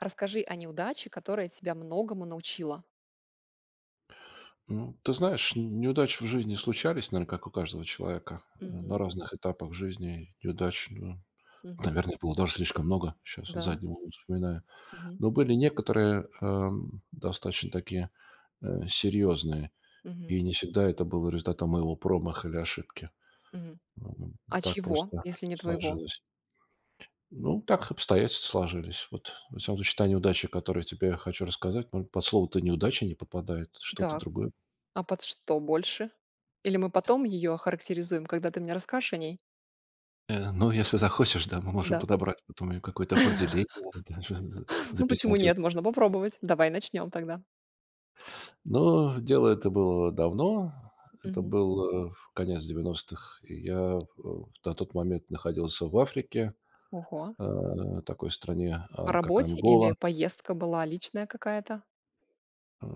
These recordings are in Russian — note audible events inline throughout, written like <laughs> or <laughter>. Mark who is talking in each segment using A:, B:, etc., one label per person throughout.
A: Расскажи о неудаче, которая тебя многому научила.
B: Ну, ты знаешь, неудачи в жизни случались, наверное, как у каждого человека, на
A: Мгм,
B: разных этапах жизни. Неудач, ну,
A: мгм,
B: наверное, было даже слишком много, сейчас, вот
A: да,
B: задним умом вспоминаю.
A: мгм,
B: Но были некоторые, достаточно такие, серьезные,
A: мгм,
B: и не всегда это было результатом моего промаха или ошибки.
A: мгм.
B: М,
A: А
B: так
A: чего,
B: просто
A: если не твоего?
B: сложилось. Ну, так обстоятельства сложились. Вот, во всяком случае, та неудача, о я тебе хочу рассказать, может, под слово-то неудача не попадает, что-то
A: Так,
B: другое.
A: а под что больше? Или мы потом ее охарактеризуем, когда ты мне расскажешь о ней?
B: Ну, если захочешь, да, мы можем
A: Да.
B: подобрать потом и какое-то
A: <laughs>
B: определение, даже з
A: Ну почему
B: записать его.
A: нет? Можно попробовать. Давай начнем тогда.
B: Но дело это было давно. Это
A: Мгм.
B: был, в конец 90-х. И я, э, на тот момент находился в Африке,
A: Ого.
B: э, такой стране,
A: По
B: как
A: работе или
B: Ангола.
A: поездка была личная какая-то?
B: Э,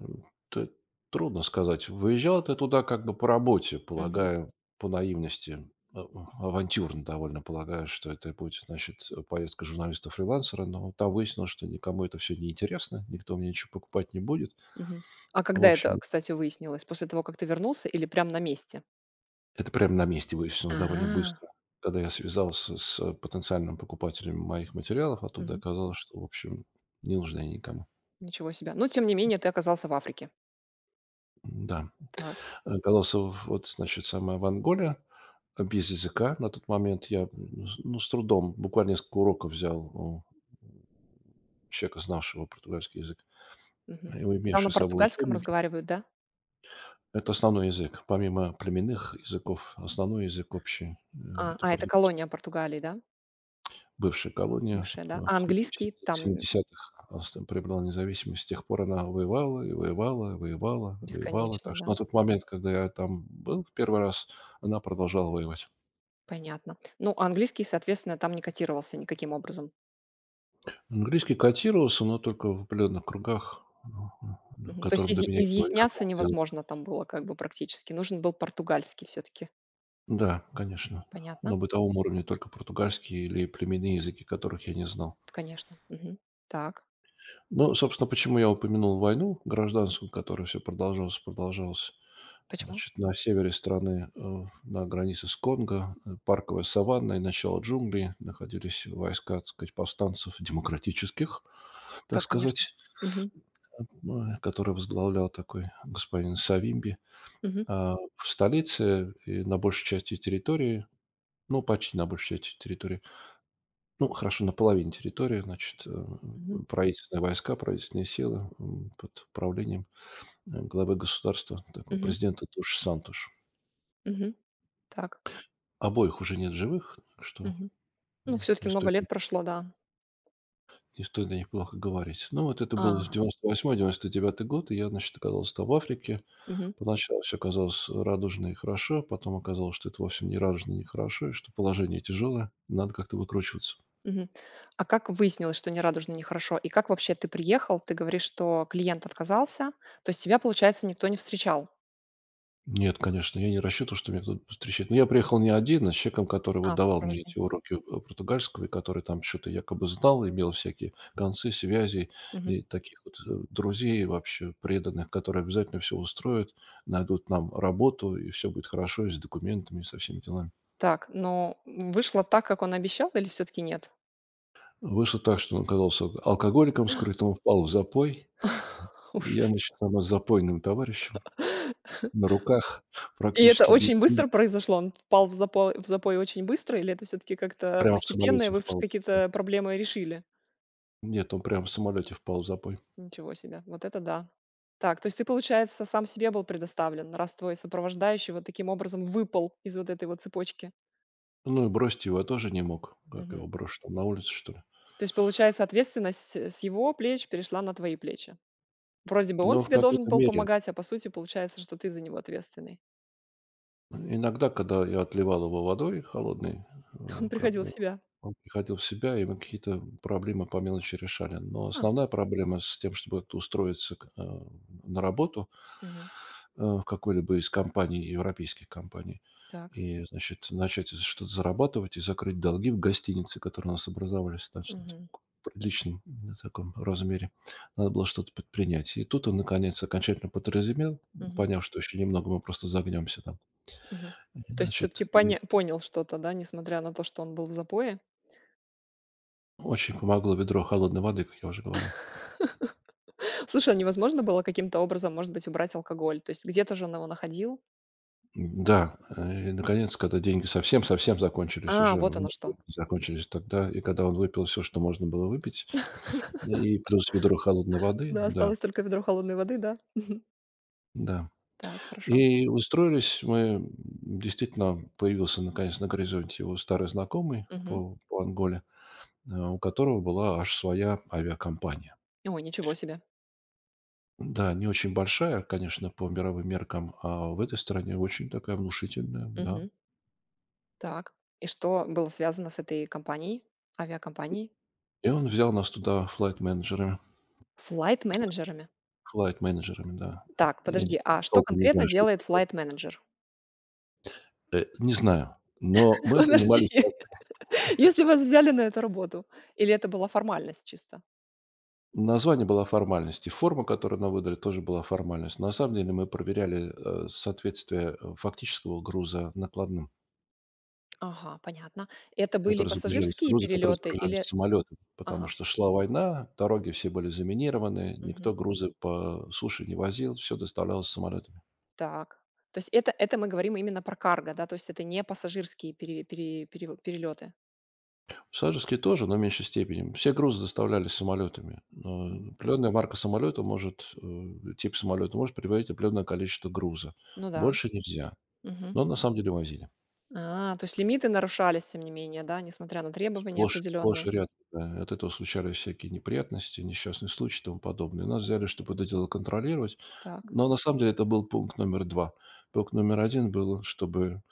B: т трудно сказать. Выезжал ты туда как бы по работе,
A: Мгм,
B: полагаю, по наивности, авантюрно довольно полагаю, что это будет, значит, поездка журналиста-фрилансера, но там выяснилось, что никому это все не интересно, никто мне ничего покупать не будет.
A: мгм. А
B: В
A: когда это,
B: общем,
A: кстати, выяснилось? После того, как ты вернулся или прям на месте?
B: это прямо на месте выяснилось довольно быстро.
A: А.
B: Когда я связался с потенциальным покупателем моих материалов оттуда, оказалось, что, в общем, не нужны они никому.
A: Ничего себе. Но тем не менее ты оказался в Африке.
B: Да.
A: Так.
B: Колоссов, вот, значит, самая Монголия, без языка на тот момент. Я, м, с ну, с трудом, буквально несколько уроков взял у человека, знавшего португальский язык,
A: Мгм.
B: и
A: А там на
B: имевший с собой
A: португальском
B: учебники.
A: разговаривают, да?
B: Это основной язык. Помимо племенных языков, основной язык общий, это
A: А это
B: португальский.
A: колония Португалии, да?
B: Бывшая колония,
A: Бывшая,
B: э,
A: да? А
B: в среди- в
A: английский
B: середине
A: там
B: 70-х Австрия приобрела независимость. С тех пор она воевала и воевала, и воевала, и воевала.
A: бесконечно,
B: Так что
A: да.
B: на тот момент, когда я там был в первый раз, она продолжала воевать.
A: Понятно. Ну, а английский, соответственно, там не котировался никаким образом.
B: Английский котировался, но только в определенных кругах, к
A: Мгм. То есть
B: которым до
A: изъя
B: меня не было
A: изъясняться
B: никакого дела.
A: невозможно там было как бы практически. Нужен был португальский все таки
B: Да, конечно, да.
A: Понятно.
B: На бытовом уровне только португальские или племенные языки, которых я не знал.
A: Конечно. Мгм. Так.
B: Ну, собственно, почему я упомянул войну гражданскую, которая все продолжалась, продолжалась.
A: Почему?
B: Значит, на севере страны, на границе с Конго, парковая саванна и начало джунглей находились войска, так сказать, повстанцев демократических,
A: Да,
B: так
A: конечно.
B: сказать,
A: Мгм.
B: э, которые возглавлял такой господин Савимби.
A: Мгм.
B: А, в столице и на большей части территории, ну, почти на большей части территории, ну, хорошо, на половине территории, значит,
A: Мгм.
B: правительственные войска, правительственные силы, под управлением главы государства, такого
A: Мгм.
B: президента Туш Сантуш.
A: Мгм. Так.
B: Обоих уже нет в живых, так что
A: Мгм. Ну,
B: не
A: все
B: не
A: таки много
B: стоит о
A: лет
B: них
A: прошло, да.
B: не стоит о них плохо говорить. Ну, вот это был с
A: А.
B: 98 99 год, и я, значит, оказался там в Африке.
A: Мгм,
B: Поначалу все казалось радужно и хорошо, потом оказалось, что это вовсе не радужно и не хорошо, и что положение тяжелое, надо как-то выкручиваться.
A: мгм. А как выяснилось, что не радужно, не хорошо? И как вообще ты приехал? Ты говоришь, что клиент отказался, то есть тебя, получается, никто не встречал?
B: Нет, конечно, я не рассчитывал, что меня кто-то повстречает. Но я приехал не один, а с человеком, который вот
A: А, в
B: давал мне
A: сопровождении.
B: эти уроки, португальского, и который там что то якобы знал, имел всякие концы, связи
A: Мгм.
B: и таких вот, друзей вообще преданных, которые обязательно все устроят, найдут нам работу, и все будет хорошо и с документами, и со всеми делами.
A: Так, но вышло так, как он обещал, или все-таки нет?
B: Вышло так, что он оказался алкоголиком,
A: <laughs>
B: скрытым, впал в запой. Я,
A: Ужас.
B: значит, там с запойным товарищем на руках,
A: И это
B: практически без
A: очень
B: денег,
A: быстро произошло? Он впал в запой очень быстро, или это все-таки как-то
B: прямо в
A: постепенно, и
B: самолете
A: вы
B: впал в запой.
A: какие-то проблемы решили?
B: Нет, он прямо в самолете впал в запой.
A: Ничего себе, вот это да. Так, то есть ты, получается, сам себе был предоставлен, раз твой сопровождающий вот таким образом выпал из вот этой вот цепочки.
B: Ну и бросить его я тоже не мог. Как его
A: Мгм.
B: брошу, там, на улице, что ли?
A: То есть, получается, ответственность с его плеч перешла на твои плечи. Вроде бы он
B: Но в
A: тебе должен
B: какой-то
A: был
B: мере
A: помогать, а по сути получается, что ты за него ответственный.
B: иногда, когда я отливал его водой холодной, э,
A: <laughs> Он
B: как
A: приходил в
B: бы
A: себя.
B: он приходил в себя, и мы какие-то проблемы по мелочи решали. Но
A: А,
B: основная проблема с тем, чтобы как-то устроиться к на работу,
A: мгм,
B: в какой-либо из компаний, европейских компаний,
A: так.
B: и, значит, начать что-то зарабатывать и закрыть долги в гостинице, которые у нас образовались в достаточно так
A: Мгм,
B: приличном, на таком размере. Надо было что-то предпринять. И тут он наконец окончательно протрезвел,
A: мгм,
B: поняв, что еще немного мы просто загнемся там.
A: мгм. То есть
B: Значит,
A: все-таки
B: и
A: понял что-то, да, несмотря на то, что он был в запое.
B: очень помогло ведро холодной воды, как я уже говорил.
A: <laughs> Слушай, а невозможно было каким-то образом, может быть, убрать алкоголь? То есть где-то же он его находил.
B: Да, и наконец, когда деньги совсем-совсем закончились
A: А,
B: уже, у
A: вот оно
B: меня
A: что.
B: деньги закончились тогда, и когда он выпил все что можно было выпить, и плюс ведро холодной воды,
A: Да,
B: да,
A: осталось только ведро холодной воды, да.
B: да.
A: Так, хорошо.
B: И устроились мы, действительно, появился наконец на горизонте его старый знакомый
A: Мгм.
B: по Анголе, у которого была аж своя авиакомпания.
A: Ой, ничего себе.
B: Да, не очень большая, конечно, по мировым меркам, а в этой стране очень такая внушительная, да.
A: Мгм. Так. И что было связано с этой компанией, авиакомпанией?
B: И он взял нас туда флайт-менеджерами,
A: Флайт-менеджерами.
B: флайт-менеджерами, да.
A: Так,
B: Я не
A: подожди, а что
B: толком не
A: конкретно
B: знаю, что это
A: делает
B: такое.
A: флайт-менеджер?
B: Не знаю, но
A: <laughs>
B: мы
A: Подожди.
B: занимались как.
A: <laughs> Если вас взяли на эту работу, или это была формальность чисто?
B: Название было формальность, и форма, которую нам выдали, тоже была формальность. На самом деле мы проверяли, соответствие, фактического груза накладным.
A: Ага, понятно. Это были
B: Которые загружались,
A: пассажирские
B: грузы, которые
A: перелеты
B: загружались
A: или...
B: самолетами, потому
A: Ага,
B: что шла война, дороги все были заминированы,
A: мгм.
B: никто грузы по суше не возил, все доставлялось самолетами.
A: Так. То есть это мы говорим именно про карго, да, то есть это не пассажирские пере- пере- пере- перелеты.
B: Пассажирские тоже, но в меньшей степени. Все грузы доставлялись самолетами.
A: Мгм.
B: Но определенная марка самолета может, тип самолета может привозить определенное количество груза.
A: Ну да.
B: Больше нельзя.
A: Мгм.
B: Но на самом деле возили.
A: А, то есть лимиты нарушались, тем не менее, да, несмотря на требования
B: Сплошь
A: определенные.
B: и рядом, да. От этого случались всякие неприятности, несчастные случаи и тому подобное. Нас
A: О,
B: взяли, чтобы
A: Господи.
B: это дело контролировать.
A: Так.
B: Но на самом деле это был пункт номер два. Пункт номер один был, чтобы,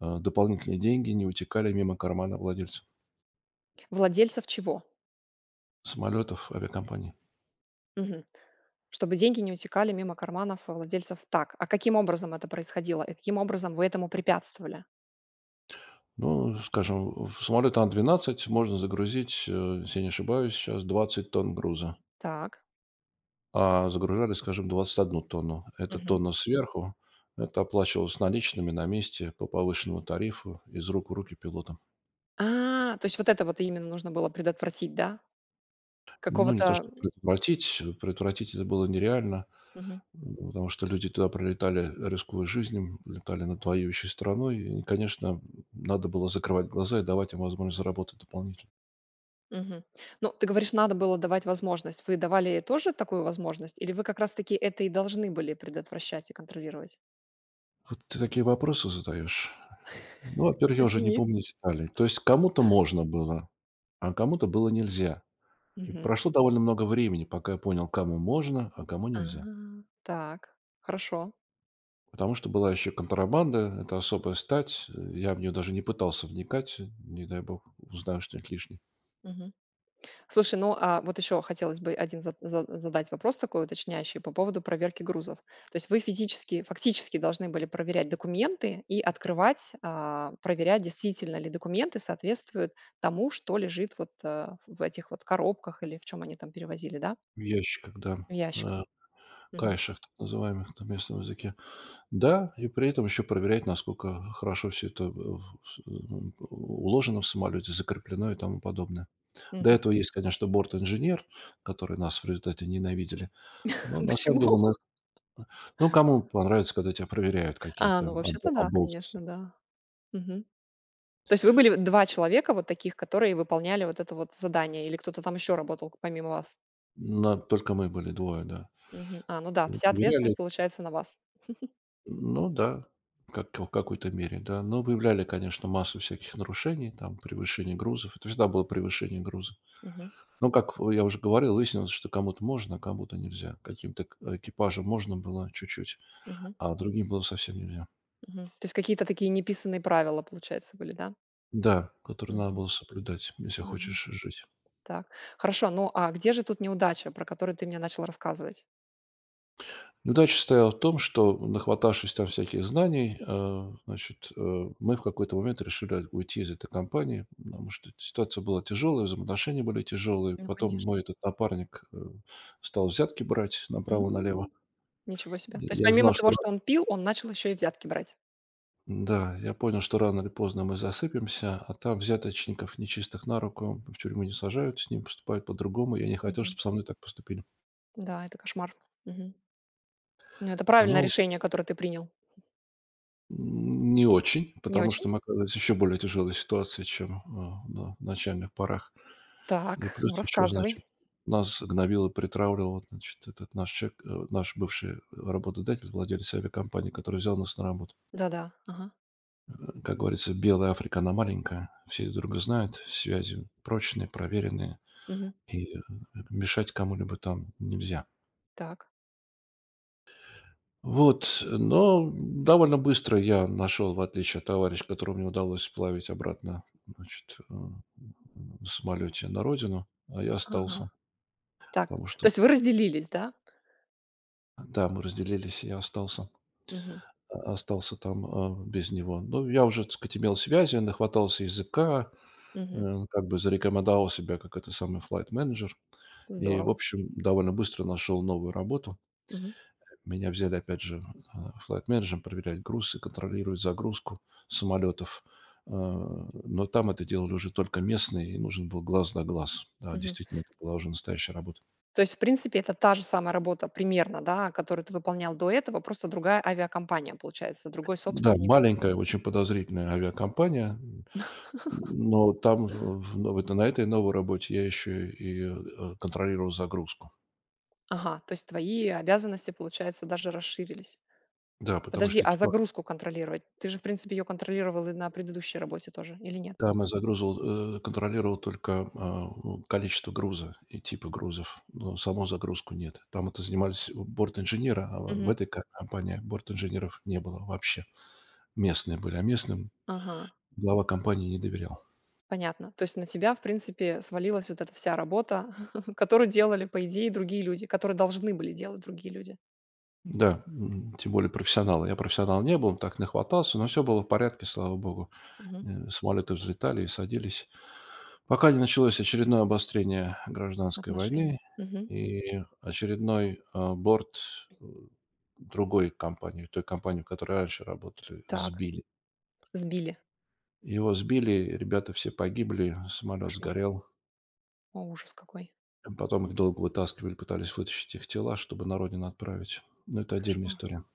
B: дополнительные деньги не утекали мимо кармана владельцев
A: Владельцев чего?
B: самолетов авиакомпаний.
A: Мгм. Чтобы деньги не утекали мимо карманов владельцев. Так. А каким образом это происходило? И каким образом вы этому препятствовали?
B: Ну, скажем, в самолет Ан-12 можно загрузить, если я не ошибаюсь, сейчас 20 тонн груза.
A: Так.
B: А загружали, скажем, 21 тонну. Это
A: Мгм.
B: тонна сверху. Это оплачивалось наличными на месте по повышенному тарифу из рук в руки пилотам.
A: А, то есть вот это вот именно нужно было предотвратить, да?
B: Ну, не то,
A: Какого-то...
B: что предотвратить. Предотвратить это было нереально,
A: Мгм.
B: потому что люди туда прилетали, рискуя жизнью, летали над воюющей страной. И, конечно, надо было закрывать глаза и давать им возможность заработать дополнительно.
A: Мгм. Ну, ты говоришь, надо было давать возможность. Вы давали тоже такую возможность? Или вы как раз-таки это и должны были предотвращать и контролировать?
B: Вот ты такие вопросы задаешь. Ну, во-первых, я уже не
A: Извини.
B: помню деталей. То есть кому-то можно было, а кому-то было нельзя. И
A: Мгм.
B: прошло довольно много времени, пока я понял, кому можно, а кому
A: А.
B: нельзя.
A: Так, хорошо.
B: Потому что была еще контрабанда, это особая стать. Я в нее даже не пытался вникать, не дай бог, узнаю что-нибудь лишнее.
A: Мгм. Слушай, ну, а вот еще хотелось бы один задать вопрос такой уточняющий по поводу проверки грузов. То есть вы физически, фактически должны были проверять документы и открывать, проверять, действительно ли документы соответствуют тому, что лежит вот, в этих вот коробках или в чем они там перевозили, да?
B: В ящиках, да,
A: В ящиках.
B: э,
A: Мгм.
B: кайшах, так называемых на местном языке. Да, и при этом еще проверять, насколько хорошо все это уложено в самолете, закреплено и тому подобное. До
A: Мгм.
B: этого есть, конечно, борт-инженер, который нас в результате ненавидели.
A: <laughs>
B: Но на самом
A: Почему?
B: деле мы.
A: <laughs>
B: Ну, кому понравится, когда тебя проверяют
A: А,
B: какие-то
A: ну вообще-то да,
B: оболтусы.
A: конечно, да. Мгм. То есть вы были 2 человека вот таких, которые выполняли вот это вот задание, или кто-то там еще работал к помимо вас?
B: На только мы были, двое, да.
A: Мгм. А, ну да,
B: М,
A: вся ответственность
B: проверяли,
A: получается на вас.
B: ну да, как в какой-то мере, да. Но выявляли, конечно, массу всяких нарушений, там, превышение грузов. Это всегда было превышение груза.
A: Мгм.
B: Но, как я уже говорил, выяснилось, что кому-то можно, а кому-то нельзя. Каким-то к экипажам можно было чуть-чуть,
A: Мгм.
B: а другим было совсем нельзя.
A: Мгм. То есть какие-то такие неписанные правила, получается, были, да?
B: Да, которые надо
A: Мгм.
B: было соблюдать, если
A: Мгм.
B: хочешь жить.
A: Так, хорошо. Ну, а где же тут неудача, про которую ты мне начал рассказывать?
B: Неудача состояла в том, что, нахватавшись там всяких знаний, мы в какой-то момент решили уйти из этой компании, потому что ситуация была тяжелая, взаимоотношения были тяжелые.
A: Ну,
B: Потом
A: конечно.
B: мой этот напарник стал взятки брать направо-налево.
A: М. Ничего себе.
B: И
A: То есть
B: я
A: помимо
B: знал,
A: того,
B: что.
A: что он пил, он начал еще и взятки брать?
B: Да, я понял, что рано или поздно мы засыпемся, а там взяточников нечистых на руку в тюрьму не сажают, с ним поступают по-другому. Я не хотел,
A: Мгм.
B: чтобы со мной так поступили.
A: Да, это кошмар. Мгм. Ну, это правильное
B: Ну,
A: решение, которое ты принял.
B: не очень,
A: Не
B: потому
A: очень?
B: что мы оказались еще более тяжелой ситуации, чем, на начальных порах. И
A: Так, ну
B: плюс еще,
A: рассказывай.
B: значит, нас гнобил и притравливал, значит, этот наш человек, наш бывший работодатель, владелец авиакомпании, который взял нас на работу.
A: Да-да, ага,
B: Как говорится, белая Африка, она маленькая, все друг друга знают, связи прочные, проверенные,
A: мгм.
B: и, мешать кому-либо там нельзя.
A: Так,
B: Вот, но довольно быстро я нашел, в отличие от товарища, которого мне удалось сплавить обратно, значит, на самолете на родину, а я
A: ага,
B: остался,
A: так.
B: потому
A: То
B: что,
A: есть вы разделились, да?
B: да, мы разделились, и я остался,
A: Мгм,
B: остался там без него. Но я уже, так сказать, имел связи, нахватался языка,
A: мгм.
B: как бы зарекомендовал себя как это самый флайт-менеджер. И, в
A: Здорово.
B: общем, довольно быстро нашел новую работу.
A: Мгм,
B: Меня взяли, опять же, флайт-менеджером проверять груз и контролировать загрузку самолетов. Но там это делали уже только местные, и нужен был глаз на глаз. Да,
A: мгм.
B: действительно, это была уже настоящая работа.
A: То есть, в принципе, это та же самая работа примерно, да, которую ты выполнял до этого, просто другая авиакомпания, получается, другой
B: Да,
A: собственник.
B: маленькая, очень подозрительная авиакомпания, но там, на этой новой работе я еще и контролировал загрузку.
A: Ага, то есть твои обязанности, получается, даже расширились.
B: Да, потому
A: Подожди,
B: что
A: а
B: экипаж.
A: загрузку контролировать? Ты же, в принципе, ее контролировал и на предыдущей работе тоже или нет?
B: Там я загрузывал, контролировал только, а, у количество груза и типы грузов, но саму загрузку нет. Там это занимались борт-инженеры, а в
A: Мгм.
B: этой ко компании борт-инженеров не было вообще. Местные были, а местным
A: Ага.
B: глава компании не доверял.
A: Понятно. То есть на тебя, в принципе, свалилась вот эта вся работа, <laughs> которую делали, по идее, другие люди, которые должны были делать другие люди.
B: Да, тем более профессионалы. Я профессионал не был, так нахватался, но все было в порядке, слава богу.
A: Мгм.
B: Самолеты взлетали и садились, пока не началось очередное обострение гражданской
A: Отношений.
B: войны
A: Мгм.
B: и очередной борт другой компании, той компании, в которой раньше работали,
A: Так,
B: сбили.
A: сбили.
B: Его сбили, ребята все погибли, самолет
A: Кошмар.
B: сгорел.
A: О, ужас какой.
B: Потом их долго вытаскивали, пытались вытащить их тела, чтобы на родину отправить. Но это отдельная
A: Кошмар.
B: история.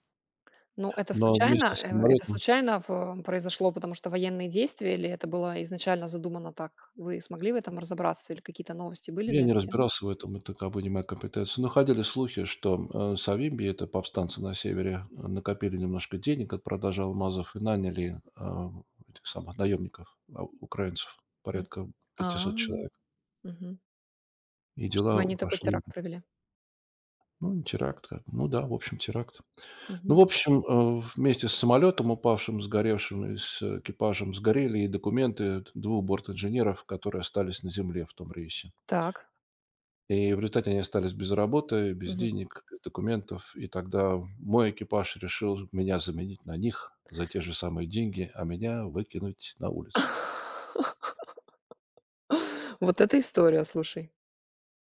A: Ну, это
B: Но
A: случайно,
B: вместе с
A: это
B: самолетом.
A: случайно произошло, потому что военные действия, или это было изначально задумано так? Вы смогли в этом разобраться, или какие-то новости были
B: Я
A: на
B: не
A: эту тему?
B: разбирался в этом, это как бы не моя компетенция. Но ходили слухи, что Савимби, это повстанцы на севере, накопили немножко денег от продажи алмазов и наняли этих самых наемников, украинцев,
A: М.
B: порядка
A: А,
B: 500 человек.
A: мгм.
B: И
A: Чтобы
B: дела
A: они такой
B: пошли.
A: теракт провели.
B: Ну, теракт. Как. Ну да, в общем, теракт. Ну,
A: Мгм.
B: в общем, вместе с самолетом, упавшим, сгоревшим, и с экипажем сгорели и документы 2 борт-инженеров, которые остались на земле в том рейсе.
A: Так.
B: И в результате они остались без работы, без
A: Мгм.
B: денег, без документов. И тогда мой экипаж решил меня заменить на них за те же самые деньги, а меня выкинуть на улицу.
A: <laughs> <laughs> Вот это история, слушай.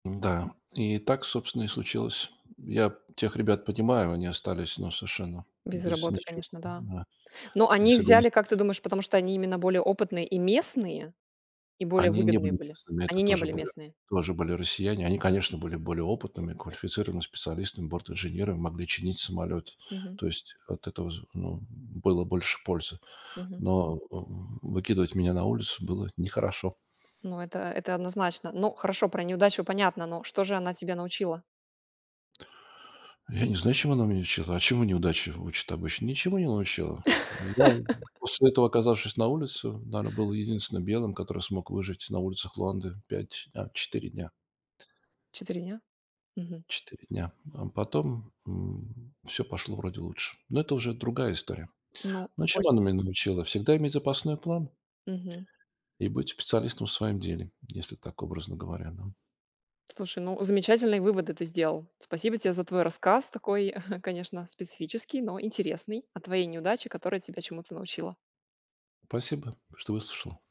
B: Да, и так, собственно, и случилось. Я тех ребят понимаю, они остались, ну, совершенно
A: Без
B: без
A: работы,
B: ничего.
A: конечно, да.
B: Да.
A: Но
B: И
A: они их взяли,
B: согласен.
A: как ты думаешь, потому что они именно более опытные и местные, и более
B: Они не
A: выгодные
B: были
A: были?
B: местными, это
A: Они не были местные?
B: тоже были россияне. Они, конечно, были более опытными, квалифицированными специалистами, бортинженерами, могли чинить самолет.
A: Мгм,
B: То есть от этого, ну, было больше пользы.
A: мгм.
B: Но, выкидывать меня на улицу было нехорошо.
A: Ну, это однозначно. Ну, хорошо, про неудачу понятно, но что же она тебя научила?
B: Я не знаю, чему она меня учила. А чему неудача учит обычно? Ничему не научила. Я после этого, оказавшись на улице, наверное, был единственным белым, который смог выжить на улицах Луанды 5, 4 дня.
A: 4 дня? Мгм.
B: 4 дня. А потом, все пошло вроде лучше. Но это уже другая история.
A: Ну,
B: Но
A: оч
B: чему она меня научила? Всегда иметь запасной план
A: мгм.
B: и быть специалистом в своем деле, если так образно говоря, да.
A: Слушай, ну, замечательные выводы ты сделал. Спасибо тебе за твой рассказ, такой, <laughs> конечно, специфический, но интересный, о твоей неудаче, которая тебя чему-то научила.
B: Спасибо, что выслушал.